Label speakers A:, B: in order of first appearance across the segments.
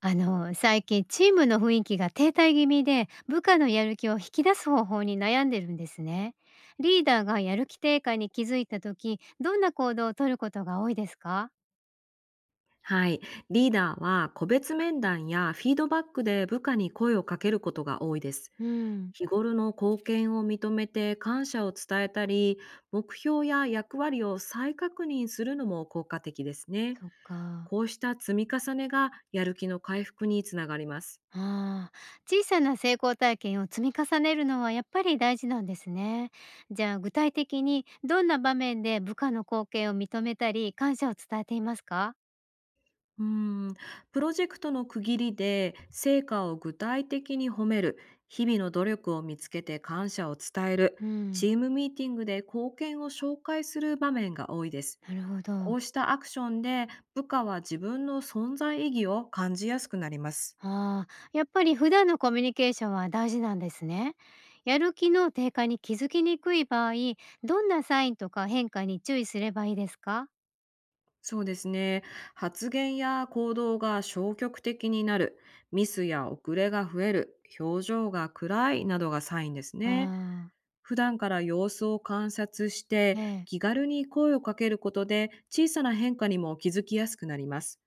A: 最近チームの雰囲気が停滞気味で、部下のやる気を引き出す方法に悩んでるんですね。リーダーがやる気低下に気づいた時、どんな行動をとることが多いですか？
B: はい。リーダーは個別面談やフィードバックで部下に声をかけることが多いです。
A: うん、
B: 日頃の貢献を認めて感謝を伝えたり、目標や役割を再確認するのも効果的ですね。
A: そっか。
B: こうした積み重ねがやる気の回復につながります。
A: あ小さな成功体験を積み重ねるのはやっぱり大事なんですね。じゃあ具体的にどんな場面で部下の貢献を認めたり感謝を伝えていますか？
B: うーん、プロジェクトの区切りで成果を具体的に褒める、日々の努力を見つけて感謝を伝える、
A: う
B: チ
A: ん、
B: ームミーティングで貢献を紹介する場面が多いです。
A: なるほ
B: こ
A: ど。
B: うしたアクションで部下は自分の存在意義を感じやすくなります。
A: ああ、やっぱり普段のコミュニケーションは大事なんですね。やる気の低下に気づきにくい場合、どんなサインとか変化に注意すればいいですか？
B: そうですね。発言や行動が消極的になる、ミスや遅れが増える、表情が暗いなどがサインですね。
A: ああ、
B: 普段から様子を観察して
A: ええ。
B: 気軽に声をかけることで小さな変化にも気づきやすくなります。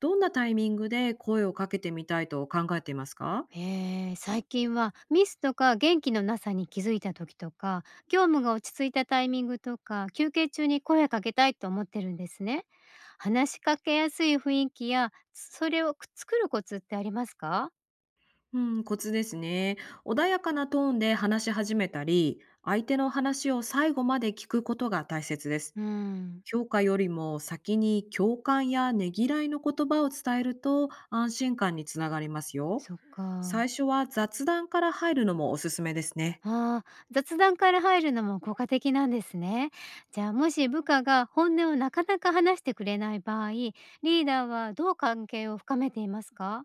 B: どんなタイミングで声をかけてみたいと考えていますか？
A: 最近はミスとか元気のなさに気づいた時とか、業務が落ち着いたタイミングとか休憩中に声かけたいと思ってるんですね。話しかけやすい雰囲気やそれを作るコツってありますか？
B: うん、コツですね。穏やかなトーンで話し始めたり、相手の話を最後まで聞くことが大切です。
A: うん。
B: 評価よりも先に共感やねぎらいの言葉を伝えると安心感につながりますよ。
A: そっ
B: 最
A: か。
B: 初は雑談から入るのもおすすめですね。
A: ああ、雑談から入るのも効果的なんですね。じゃあもし部下が本音をなかなか話してくれない場合、リーダーはどう関係を深めていますか？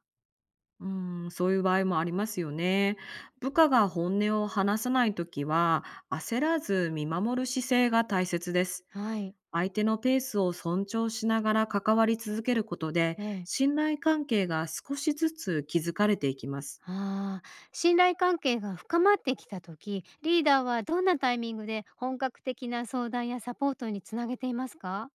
B: うん、そういう場合もありますよね。部下が本音を話さないときは、焦らず見守る姿勢が大切です。
A: はい、
B: 相手のペースを尊重しながら関わり続けることで、
A: ええ、
B: 信頼関係が少しずつ築かれていきます。
A: ああ、信頼関係が深まってきた時、リーダーはどんなタイミングで本格的な相談やサポートにつなげていますか？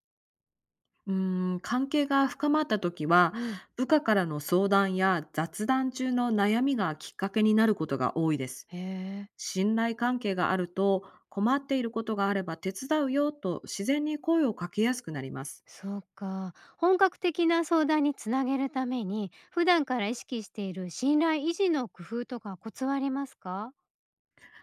B: うん、関係が深まったときは、
A: うん、
B: 部下からの相談や雑談中の悩みがきっかけになることが多いです。
A: へえ、
B: 信頼関係があると、困っていることがあれば手伝うよと自然に声をかけやすくなります。
A: そうか。本格的な相談につなげるために、普段から意識している信頼維持の工夫とかコツはありますか？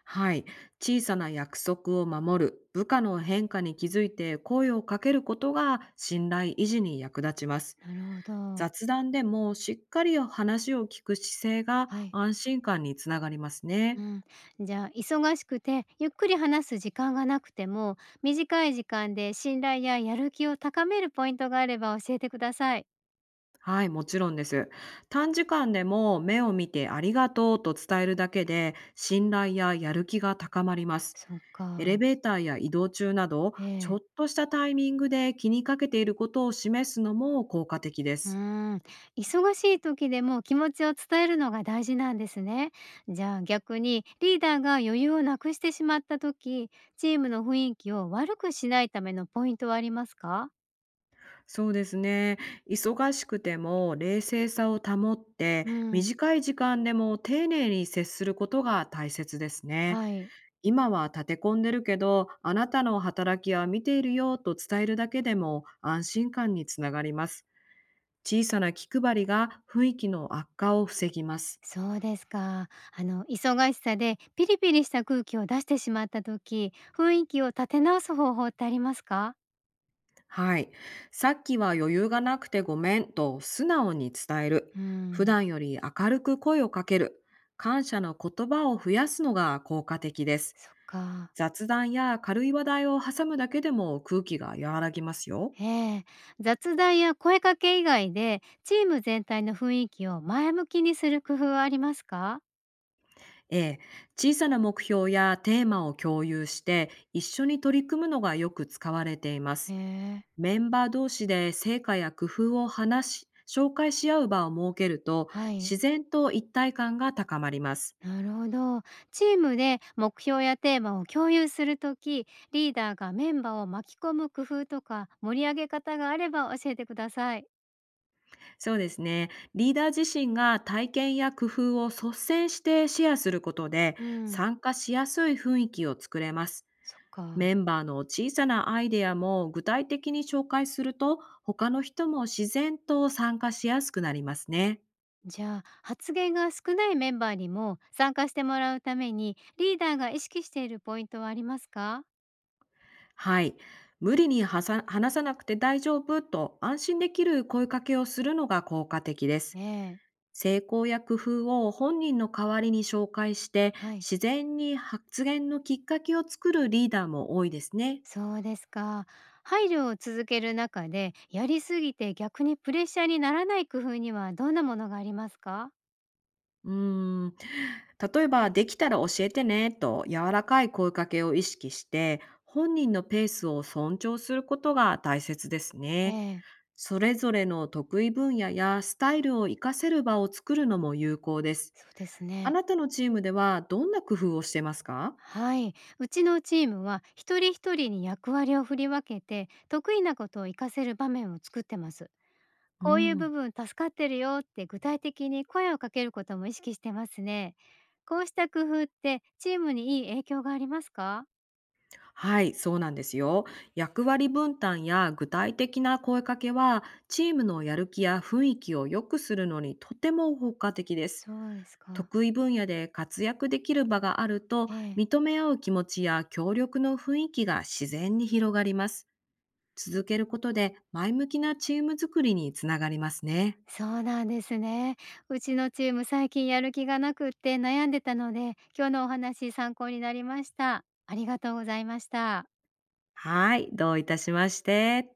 B: はい。小さな約束を守る、部下の変化に気づいて声をかけることが信頼維持に役立ちます。
A: なるほど。
B: 雑談でもしっかり話を聞く姿勢が
A: はい。
B: 安心感につながります
A: う
B: ね。
A: ん。じゃあ、忙しくて、ゆっくり話す時間がなくても、短い時間で信頼ややる気を高めるポイントがあれば教えてください。
B: はい、もちろんです。短時間でも目を見てありがとうと伝えるだけで信頼ややる気が高まります。
A: そっ
B: エレ
A: か。
B: ベーターや移動中など、
A: え
B: ちょ
A: え。
B: っとしたタイミングで気にかけていることを示すのも効果的で
A: うー
B: す。
A: ん。忙しい時でも気持ちを伝えるのが大事なんですね。じゃあ逆に、リーダーが余裕をなくしてしまった時、チームの雰囲気を悪くしないためのポイントはありますか？
B: そうですね。忙しくても冷静さを保って、
A: うん。
B: 短い時間でも丁寧に接することが大切ですね。
A: はい。
B: 今は立て込んでるけど、あなたの働きは見ているよと伝えるだけでも安心感につながります。小さな気配りが雰囲気の悪化を防ぎます。
A: そうですか。あの忙しさでピリピリした空気を出してしまった時、雰囲気を立て直す方法ってありますか？
B: はい。さっきは余裕がなくてごめんと素直に伝える。
A: うー
B: 普
A: ん。
B: 段より明るく声をかける。感謝の言葉を増やすのが効果的です。
A: そっか。
B: 雑談や軽い話題を挟むだけでも空気が和らぎますよ。
A: ええ。雑談や声かけ以外で、チーム全体の雰囲気を前向きにする工夫はありますか？
B: ええ、小さな目標やテーマを共有して一緒に取り組むのがよく使われていま
A: へ
B: す。
A: え。
B: メンバー同士で成果や工夫を話し、紹介し合う場を設けると、
A: はい、
B: 自然と一体感が高まります。
A: なるほど。チームで目標やテーマを共有するとき、リーダーがメンバーを巻き込む工夫とか盛り上げ方があれば教えてください。
B: そうですね。リーダー自身が体験や工夫を率先してシェアすることで、
A: うん。
B: 参加しやすい雰囲気を作れます。
A: そっか。
B: メンバーの小さなアイデアも具体的に紹介すると、他の人も自然と参加しやすくなりますね。
A: じゃあ発言が少ないメンバーにも参加してもらうためにリーダーが意識しているポイントはありますか？
B: はい。無理にはさ話さなくて大丈夫と安心できる声かけをするのが効果的です。
A: ええ、
B: 成功や工夫を本人の代わりに紹介して、
A: はい、
B: 自然に発言のきっかけを作るリーダーも多いですね。
A: そうですか。配慮を続ける中でやりすぎて逆にプレッシャーにならない工夫にはどんなものがありますか？
B: うーん。例えば、できたら教えてねと柔らかい声かけを意識して、本人のペースを尊重することが大切ですね。
A: ええ、
B: それぞれの得意分野やスタイルを活かせる場を作るのも有効です。
A: そうです
B: あ
A: ね。
B: なたのチームではどんな工夫をしてますか？
A: はい、うちのチームは一人一人に役割を振り分けて得意なことを活かせる場面を作ってます。
B: う
A: こういう
B: ん。
A: 部分助かってるよって具体的に声をかけることも意識してますね。こうした工夫ってチームにいい影響がありますか？
B: はい、そうなんですよ。役割分担や具体的な声かけは、チームのやる気や雰囲気を良くするのにとても効果的です。
A: そうですか。
B: 得意分野で活躍できる場があると、
A: ええ。
B: 認め合う気持ちや協力の雰囲気が自然に広がります。続けることで前向きなチーム作りにつながりますね。
A: そうなんですね。うちのチーム最近やる気がなくって悩んでたので、今日のお話参考になりました。ありがとうございました。
B: はい、どういたしまして。